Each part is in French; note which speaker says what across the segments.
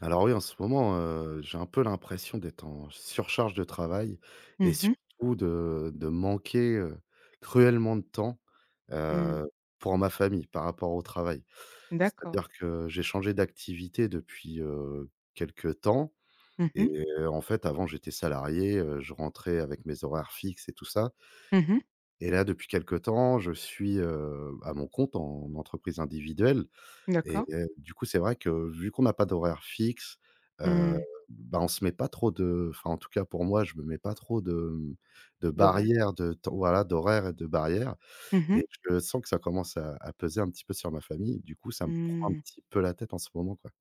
Speaker 1: Alors oui, en ce moment, j'ai un peu l'impression d'être en surcharge de travail et
Speaker 2: Mmh mh.
Speaker 1: surtout de manquer, cruellement de temps,
Speaker 2: Mmh.
Speaker 1: heu, pour ma famille par rapport au travail.
Speaker 2: D'accord.
Speaker 1: C'est-à-dire que j'ai changé d'activité depuis, quelque temps.
Speaker 2: Mmh mh.
Speaker 1: Et en fait, avant, j'étais salarié, je rentrais avec mes horaires fixes et tout ça.
Speaker 2: Mmh mh.
Speaker 1: Et là, depuis quelque temps, je suis, à mon compte en entreprise individuelle. Et
Speaker 2: D'accord.
Speaker 1: du coup, c'est vrai que vu qu'on n'a pas d'horaire fixe, heu,
Speaker 2: Mmh.
Speaker 1: bah, on se met pas trop de, enfin, en tout cas pour moi, je me mets pas trop de, de
Speaker 2: D'horaire.
Speaker 1: barrières de temps, voilà, d'horaires et de barrières,
Speaker 2: Mmh mh.
Speaker 1: et je sens que ça commence à peser un petit peu sur ma famille. Du coup, ça me prend un
Speaker 2: Mmh.
Speaker 1: petit peu la tête en ce moment, quoi.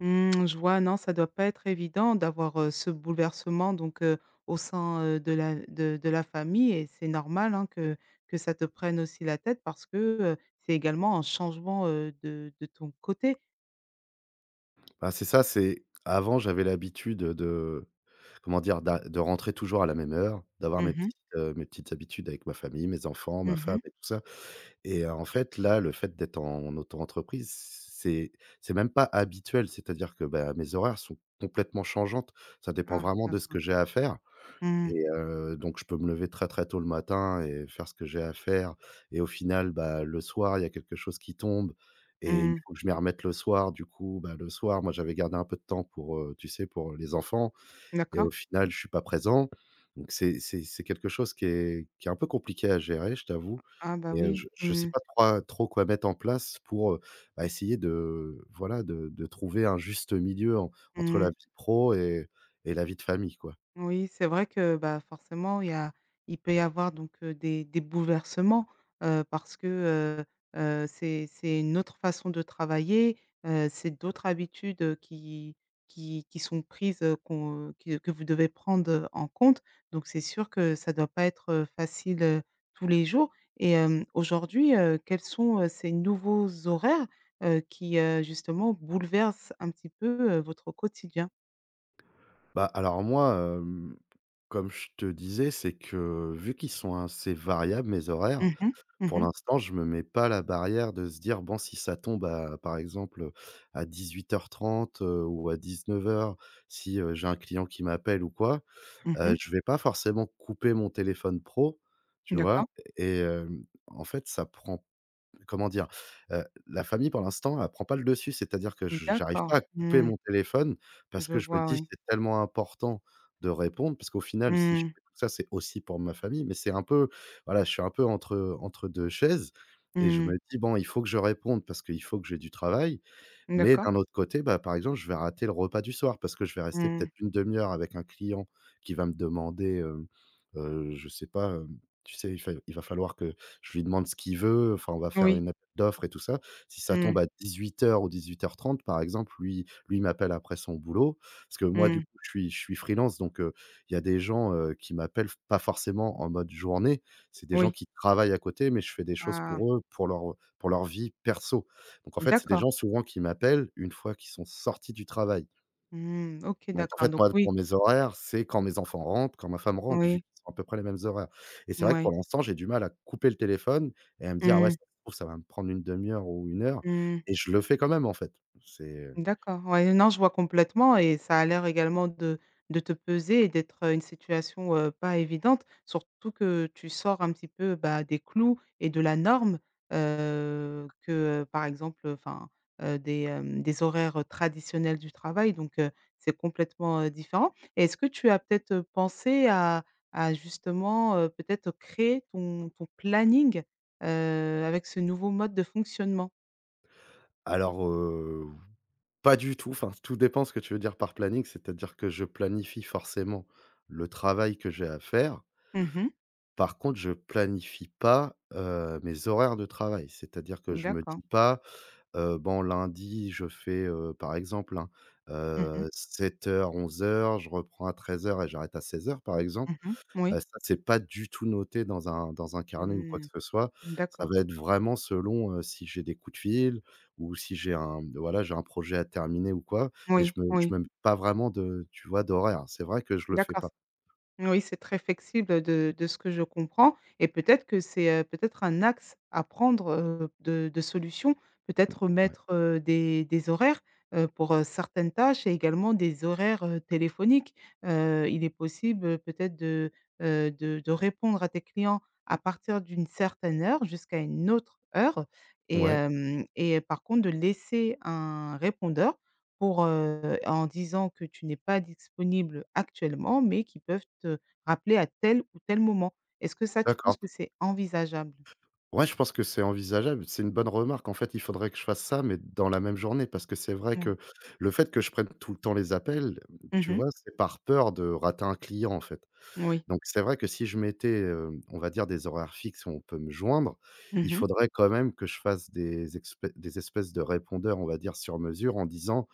Speaker 2: Mmh, je vois, non, ça doit pas être évident d'avoir, ce bouleversement. Au sein de la famille et c'est normal, hein, que ça te prenne aussi la tête parce que, heu, c'est également un changement, de ton côté.
Speaker 1: Bah, c'est ça, c'est avant, j'avais l'habitude de, comment dire? D'a de rentrer toujours à la même heure, d'avoir
Speaker 2: Mmh mh.
Speaker 1: mes petites habitudes avec ma famille, mes enfants, ma
Speaker 2: Mmh
Speaker 1: femme
Speaker 2: mh.
Speaker 1: et tout ça. Et en fait, là, le fait d'être en auto-entreprise, c'est c'est même pas habituel. C'est-à-dire que, bah, mes horaires sont complètement changeantes. Ça dépend
Speaker 2: Ah,
Speaker 1: vraiment de ce
Speaker 2: d'accord.
Speaker 1: que j'ai à faire.
Speaker 2: Mmh.
Speaker 1: Et donc je peux me lever très, très tôt le matin et faire ce que j'ai à faire, et au final, bah, le soir, il y a quelque chose qui tombe et il
Speaker 2: Mmh.
Speaker 1: faut que je m'y remette le soir. Du coup, bah, le soir, moi, j'avais gardé un peu de temps pour, tu sais, pour les enfants, et
Speaker 2: D'accord.
Speaker 1: au final, je suis pas présent. Donc c'est quelque chose qui est un peu compliqué à gérer, je t'avoue.
Speaker 2: Ah bah
Speaker 1: Et
Speaker 2: oui.
Speaker 1: je
Speaker 2: Mmh.
Speaker 1: sais pas trop trop quoi mettre en place pour, bah, essayer de, voilà, de trouver un juste milieu en entre
Speaker 2: Mmh.
Speaker 1: la vie pro et la vie de famille, quoi.
Speaker 2: Oui, c'est vrai que, bah, forcément, il y a il peut y avoir des bouleversements, parce que, heu c'est une autre façon de travailler, c'est d'autres habitudes, qui sont prises, qu'on, que vous devez prendre, en compte. Donc c'est sûr que ça ne doit pas être, facile, tous les jours et aujourd'hui, quels sont, ces nouveaux horaires, qui, justement bouleversent un petit peu, votre quotidien?
Speaker 1: Bah, alors moi, comme je te disais, c'est que vu qu'ils sont assez variables mes horaires.
Speaker 2: Mmh mh.
Speaker 1: Pour
Speaker 2: Mmh.
Speaker 1: l'instant, je me mets pas la barrière de se dire: «Bon, si ça tombe à, par exemple, à 18:30, ou à 19:00, si, j'ai un client qui m'appelle ou quoi»,
Speaker 2: Mmh.
Speaker 1: je vais pas forcément couper mon téléphone pro, tu vois?
Speaker 2: D'accord.
Speaker 1: Et en fait, ça prend comment dire? La famille pour l'instant, elle prend pas le dessus. C'est-à-dire que je j'arrive
Speaker 2: D'accord.
Speaker 1: pas à couper
Speaker 2: Mmh.
Speaker 1: mon téléphone parce
Speaker 2: Je
Speaker 1: que je me
Speaker 2: vois,
Speaker 1: dis:
Speaker 2: oui.
Speaker 1: «C'est tellement important de répondre», parce qu'au final, si je
Speaker 2: Mmh.
Speaker 1: fais tout ça, c'est aussi pour ma famille, mais c'est un peu, voilà, je suis un peu entre 2 chaises, et je
Speaker 2: Mmh.
Speaker 1: me dis: «Bon, il faut que je réponde parce qu'il faut que j'ai du travail». Mais
Speaker 2: D'accord.
Speaker 1: d'un autre côté, bah, par exemple, je vais rater le repas du soir parce que je vais rester
Speaker 2: Mmh.
Speaker 1: peut-être une demi heure avec un client qui va me demander, je sais pas, tu sais, il va falloir que je lui demande ce qu'il veut, enfin, on va faire
Speaker 2: Oui.
Speaker 1: une appel d'offres et tout ça. Si ça
Speaker 2: Mmh.
Speaker 1: tombe à 18:00 ou 18:30, par exemple, lui lui, il m'appelle après son boulot. Parce que moi, du
Speaker 2: Mmh.
Speaker 1: coup, je suis freelance, donc il y a des gens, qui m'appellent pas forcément en mode journée. C'est des gens
Speaker 2: Oui.
Speaker 1: qui travaillent à côté, mais je fais des choses
Speaker 2: Ah!
Speaker 1: pour eux, pour leur, vie perso. Donc en fait, c'est des
Speaker 2: D'accord.
Speaker 1: gens souvent qui m'appellent une fois qu'ils sont sortis du travail.
Speaker 2: Mmh. OK,
Speaker 1: Donc en
Speaker 2: d'accord.
Speaker 1: fait,
Speaker 2: Donc
Speaker 1: moi,
Speaker 2: oui,
Speaker 1: pour mes horaires, c'est quand mes enfants rentrent, quand ma femme rentre, vu
Speaker 2: oui,
Speaker 1: qu'ils sont à peu près les mêmes horaires. Et c'est vrai que
Speaker 2: oui.
Speaker 1: pour l'instant, j'ai du mal à couper le téléphone et à me dire: «Ah ouais,
Speaker 2: Mmh.
Speaker 1: ça se trouve, ça va me prendre une demi heure ou une heure»,
Speaker 2: Mmh.
Speaker 1: et je le fais quand même, en fait. C'est
Speaker 2: D'accord, ouais, non, je vois complètement et ça a l'air également de te peser et d'être, une situation, pas évidente. Surtout que tu sors un petit peu, bah, des clous et de la norme, que, par exemple, enfin, des, des horaires, traditionnels du travail. C'est complètement, différent. Et est-ce que tu as peut-être, pensé à justement, peut-être créer ton ton planning, avec ce nouveau mode de fonctionnement?
Speaker 1: alors, pas du tout, enfin, tout dépend ce que tu veux dire par planning, c'est-à-dire que je planifie forcément le travail que j'ai à faire.
Speaker 2: Mmh.
Speaker 1: Par contre, je planifie pas, mes horaires de travail. C'est-à-dire que je me
Speaker 2: D'accord.
Speaker 1: dis pas: Bon, lundi, je fais, par exemple, hein,
Speaker 2: Mmh.
Speaker 1: 7h 11h, je reprends à 13h et j'arrête à 16h par exemple.
Speaker 2: Mmh mh. Moui.
Speaker 1: Ça, c'est pas du tout noté dans un carnet ou quoi
Speaker 2: Mmh.
Speaker 1: que ce soit. Ça
Speaker 2: D'accord.
Speaker 1: va être vraiment selon, si j'ai des coups de fil ou si j'ai un voilà, j'ai un projet à terminer ou quoi, et je
Speaker 2: Oui,
Speaker 1: me
Speaker 2: oui.
Speaker 1: je me mets pas vraiment de, tu vois, d'horaire. C'est vrai que je le fais
Speaker 2: D'accord.
Speaker 1: pas.
Speaker 2: Oui, c'est très flexible de ce que je comprends et peut-être que c'est, peut-être un axe à prendre, de solution. Peut-être
Speaker 1: Ouais.
Speaker 2: mettre, des horaires, pour, certaines tâches et également des horaires, téléphoniques. Il est possible, peut-être de répondre à tes clients à partir d'une certaine heure jusqu'à une autre heure et
Speaker 1: Ouais,
Speaker 2: hem et par contre de laisser un répondeur pour, en disant que tu n'es pas disponible actuellement, mais qui peuvent te rappeler à tel ou tel moment. Est-ce que ça, tu penses
Speaker 1: d'accord.
Speaker 2: que c'est envisageable?
Speaker 1: Ouais, je pense que c'est envisageable. C'est une bonne remarque. En fait, il faudrait que je fasse ça, mais dans la même journée, parce que c'est vrai
Speaker 2: Oui.
Speaker 1: que le fait que je prenne tout le temps les appels, tu
Speaker 2: Mmh.
Speaker 1: vois, c'est par peur de rater un client, en fait.
Speaker 2: Oui.
Speaker 1: Donc, c'est vrai que si je mettais, on va dire des horaires fixes où on peut me joindre, il
Speaker 2: Mmh.
Speaker 1: faudrait quand même que je fasse des espèces de répondeurs, on va dire, sur mesure en disant,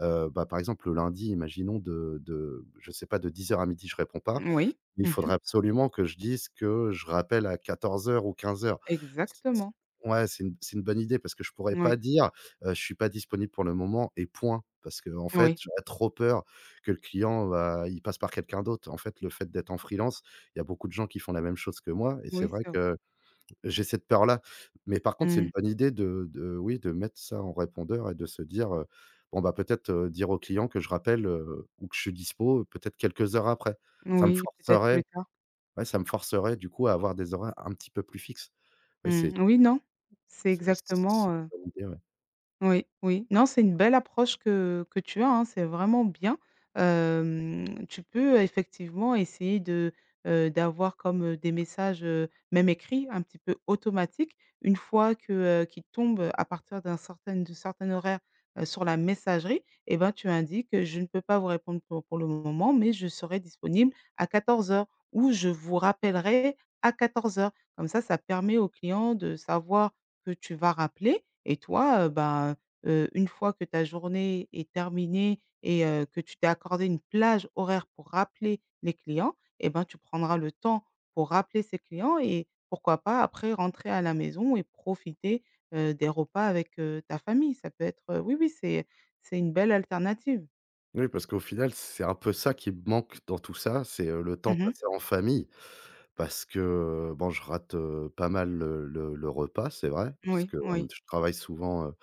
Speaker 1: bah, par exemple, le lundi, imaginons de, je sais pas, de 10h à midi, je réponds pas.
Speaker 2: Oui.
Speaker 1: Il
Speaker 2: Mmh.
Speaker 1: faudrait absolument que je dise que je rappelle à 14h ou 15:00. C c
Speaker 2: Exactement.
Speaker 1: Ouais, c'est une, bonne idée parce que je pourrais pas
Speaker 2: Oui.
Speaker 1: dire, «Je suis pas disponible pour le moment et point». Parce que en fait,
Speaker 2: Oui.
Speaker 1: j'aurais trop peur que le client, bah, il passe par quelqu'un d'autre. En fait, le fait d'être en freelance, il y a beaucoup de gens qui font la même chose que moi et c'est
Speaker 2: Oui,
Speaker 1: vrai
Speaker 2: c'est vrai.
Speaker 1: que j'ai cette peur-là. Mais par contre, c'est
Speaker 2: Mmh.
Speaker 1: une bonne idée de, oui, de mettre ça en répondeur et de se dire, «Bon, bah, peut-être, dire au client que je rappelle, ou que je suis dispo, peut-être quelques heures après». Ça me
Speaker 2: Oui, peut-être
Speaker 1: forcerait
Speaker 2: plus tard.
Speaker 1: Ouais, ça me forcerait du coup à avoir des horaires un petit peu plus fixes. Ouais, c'est
Speaker 2: Mmh. Oui, non, c'est
Speaker 1: c'est
Speaker 2: exactement,
Speaker 1: c'est
Speaker 2: heu
Speaker 1: une bonne idée, ouais.
Speaker 2: Oui, oui. Non, c'est une belle approche que tu as, hein, c'est vraiment bien. Tu peux effectivement essayer de, d'avoir comme, des messages, même écrits, un petit peu automatiques, une fois que, qu'ils tombent à partir d'un certain de certain horaire, sur la messagerie et ben, tu indiques, «Je ne peux pas vous répondre pour le moment, mais je serai disponible à 14 heures» ou «Je vous rappellerai à 14 heures». Comme ça permet au client de savoir que tu vas rappeler et toi, ben, une fois que ta journée est terminée et que tu t'es accordé une plage horaire pour rappeler les clients et ben, tu prendras le temps pour rappeler ces clients et pourquoi pas après rentrer à la maison et profiter, des repas avec, ta famille. Ça peut être, oui, oui, c'est une belle alternative.
Speaker 1: Oui, parce qu'au final, c'est un peu ça qui me manque dans tout ça, c'est, le temps
Speaker 2: Mmh.
Speaker 1: passé en famille. Parce que, bon, je rate, pas mal le repas, c'est vrai, parce
Speaker 2: Oui,
Speaker 1: que,
Speaker 2: oui.
Speaker 1: je travaille souvent, heu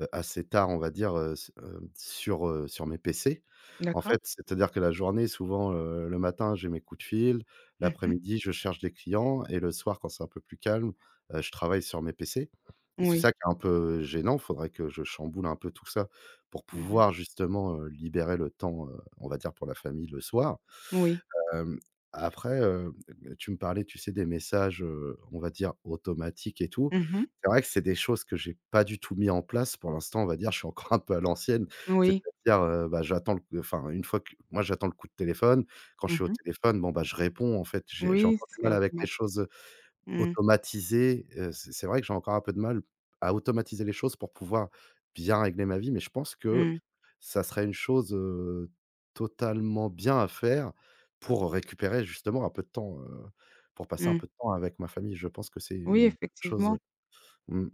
Speaker 1: heu, assez tard, on va dire, sur mes PC. En
Speaker 2: D'accord.
Speaker 1: fait, c'est-à-dire que la journée, souvent, le matin, j'ai mes coups de fil,
Speaker 2: Mmh.
Speaker 1: l'après-midi, je cherche des clients et le soir, quand c'est un peu plus calme, je travaille sur mes PC, et c'est
Speaker 2: Oui.
Speaker 1: ça qui est un peu gênant. Faudrait que je chamboule un peu tout ça pour
Speaker 2: Mmh.
Speaker 1: pouvoir justement, libérer le temps, on va dire pour la famille le soir.
Speaker 2: Oui.
Speaker 1: Hem, après, tu me parlais, tu sais, des messages, on va dire automatiques et tout.
Speaker 2: Mmh.
Speaker 1: C'est vrai que c'est des choses que j'ai pas du tout mis en place. Pour l'instant, on va dire, je suis encore un peu à l'ancienne.
Speaker 2: Oui.
Speaker 1: C'est-à-dire, bah, j'attends le enfin, une fois que moi, j'attends le coup de téléphone. Quand je suis au
Speaker 2: Mmh.
Speaker 1: téléphone, bon, bah, je réponds, en fait. J'ai
Speaker 2: Oui,
Speaker 1: encore du
Speaker 2: c'est
Speaker 1: mal avec les
Speaker 2: automatique.
Speaker 1: choses.
Speaker 2: Mmh.
Speaker 1: Automatiser, c'est vrai que j'ai encore un peu de mal à automatiser les choses pour pouvoir bien régler ma vie, mais je pense que
Speaker 2: Mmh.
Speaker 1: ça serait une chose, totalement bien à faire pour récupérer justement un peu de temps, pour passer un
Speaker 2: Mmh.
Speaker 1: peu de temps avec ma famille. Je pense que c'est
Speaker 2: Oui,
Speaker 1: une chose,
Speaker 2: effectivement.
Speaker 1: ouais. Mmh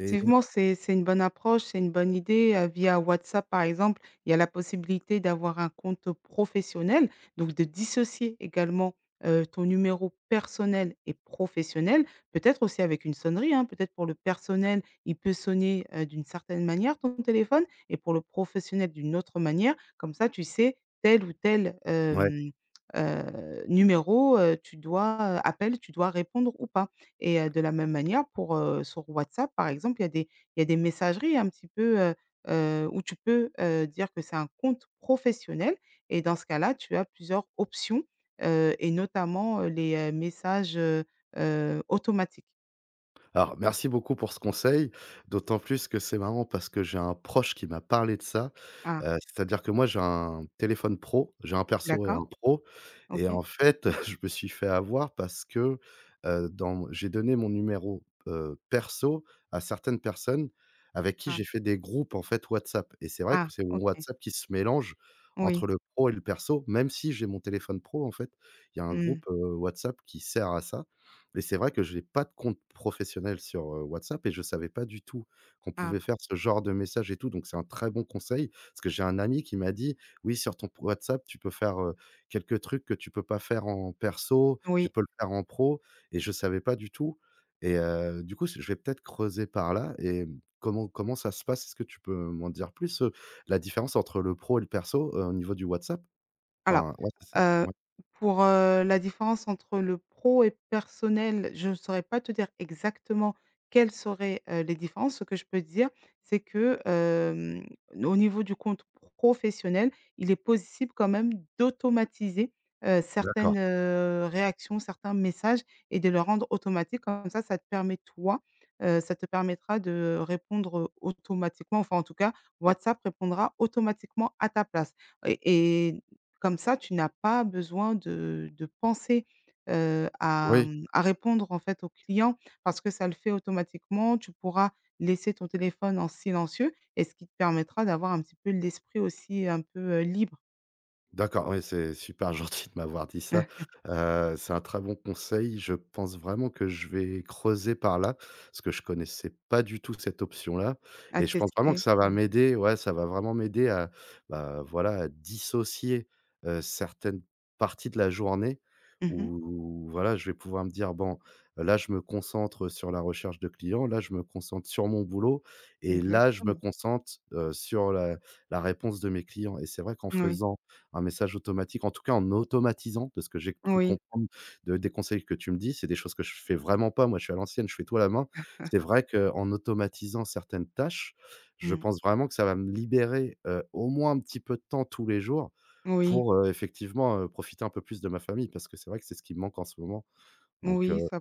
Speaker 1: et
Speaker 2: c'est une bonne approche, c'est une bonne idée, via WhatsApp, par exemple, il y a la possibilité d'avoir un compte professionnel, donc de dissocier également, ton numéro personnel et professionnel, peut-être aussi avec une sonnerie, hein. Peut-être pour le personnel, il peut sonner, d'une certaine manière ton téléphone et pour le professionnel d'une autre manière. Comme ça, tu sais tel ou tel,
Speaker 1: ouais.
Speaker 2: numéro, tu dois, appel, tu dois répondre ou pas. Et de la même manière pour, sur WhatsApp, par exemple, il y a des il y a des messageries un petit peu, où tu peux, dire que c'est un compte professionnel et dans ce cas-là, tu as plusieurs options, et notamment, les, messages, automatiques.
Speaker 1: Alors, merci beaucoup pour ce conseil, d'autant plus que c'est marrant parce que j'ai un proche qui m'a parlé de ça.
Speaker 2: Ah,
Speaker 1: C'est-à-dire que moi, j'ai un téléphone pro, j'ai un perso et
Speaker 2: d'accord,
Speaker 1: un pro. Et
Speaker 2: OK.
Speaker 1: en fait, je me suis fait avoir parce que, dans j'ai donné mon numéro, perso à certaines personnes avec qui
Speaker 2: Ah,
Speaker 1: j'ai fait des groupes, en fait, WhatsApp. Et c'est vrai
Speaker 2: ah,
Speaker 1: que c'est mon
Speaker 2: OK.
Speaker 1: WhatsApp qui se mélange
Speaker 2: Oui.
Speaker 1: entre le pro et le perso, même si j'ai mon téléphone pro. En fait, il y a un
Speaker 2: Mmh.
Speaker 1: groupe, WhatsApp qui sert à ça, mais c'est vrai que je n'ai pas de compte professionnel sur, WhatsApp, et je savais pas du tout qu'on
Speaker 2: Ah,
Speaker 1: pouvait faire ce genre de message et tout, donc c'est un très bon conseil. Parce que j'ai un ami qui m'a dit: «Oui, sur ton WhatsApp, tu peux faire, quelques trucs que tu peux pas faire en perso, tu
Speaker 2: oui.
Speaker 1: peux le faire en pro». Et je savais pas du tout. Et du coup, je vais peut-être creuser par là. Et comment ça se passe? Est-ce que tu peux m'en dire plus, la différence entre le pro et le perso, au niveau du WhatsApp?
Speaker 2: Alors,
Speaker 1: Enfin ouais, c'est ça,
Speaker 2: heu,
Speaker 1: ouais.
Speaker 2: pour, la différence entre le pro et personnel, je ne saurais pas te dire exactement quelles seraient, les différences. Ce que je peux te dire, c'est que, au niveau du compte professionnel, il est possible quand même d'automatiser, certaines,
Speaker 1: D'accord.
Speaker 2: réactions, certains messages et de les rendre automatiques. Comme ça te permet toi, ça te permettra de répondre, automatiquement. Enfin, en tout cas, WhatsApp répondra automatiquement à ta place et comme ça, tu n'as pas besoin de penser, à,
Speaker 1: Oui.
Speaker 2: mmh, à répondre, en fait, au client parce que ça le fait automatiquement. Tu pourras laisser ton téléphone en silencieux et ce qui te permettra d'avoir un petit peu l'esprit aussi un peu, libre
Speaker 1: D'accord, oui, c'est super gentil de m'avoir dit ça.
Speaker 2: hein,
Speaker 1: C'est un très bon conseil. Je pense vraiment que je vais creuser par là, parce que je connaissais pas du tout cette option-là
Speaker 2: à
Speaker 1: et je pense vraiment que
Speaker 2: tester.
Speaker 1: ça va
Speaker 2: Mmh.
Speaker 1: m'aider, ouais, ça va vraiment m'aider à, bah, voilà, à dissocier, certaines parties de la journée
Speaker 2: Mmh.
Speaker 1: où, voilà, je vais pouvoir me dire: «Bon, là, je me concentre sur la recherche de clients, là, je me concentre sur mon boulot, et là, je me
Speaker 2: Exactement.
Speaker 1: concentre, sur la réponse de mes clients». Et c'est vrai qu'en
Speaker 2: Oui.
Speaker 1: faisant un message automatique, en tout cas en automatisant, de ce que j'ai cru
Speaker 2: Oui.
Speaker 1: comprendre de des conseils que tu me dis, c'est des choses que je fais vraiment pas. Moi, je suis à l'ancienne, je fais tout à la main. C'est vrai qu'en automatisant certaines tâches, je
Speaker 2: Mmh.
Speaker 1: pense vraiment que ça va me libérer, au moins un petit peu de temps tous les jours
Speaker 2: Oui.
Speaker 1: pour, effectivement, profiter un peu plus de ma famille parce que c'est vrai que c'est ce qui me manque en ce moment. Donc
Speaker 2: Oui, ça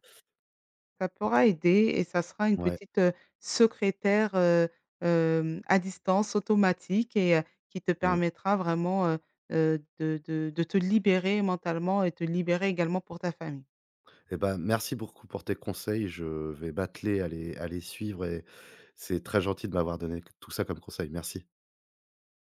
Speaker 2: ça pourra aider et ça sera une
Speaker 1: ouais,
Speaker 2: petite, secrétaire, à distance automatique et qui te
Speaker 1: mmh.
Speaker 2: permettra vraiment, de de te libérer mentalement et te libérer également pour ta famille.
Speaker 1: Et ben merci beaucoup pour tes conseils. Je vais m'atteler à les, à les suivre, et c'est très gentil de m'avoir donné tout ça comme conseil. Merci.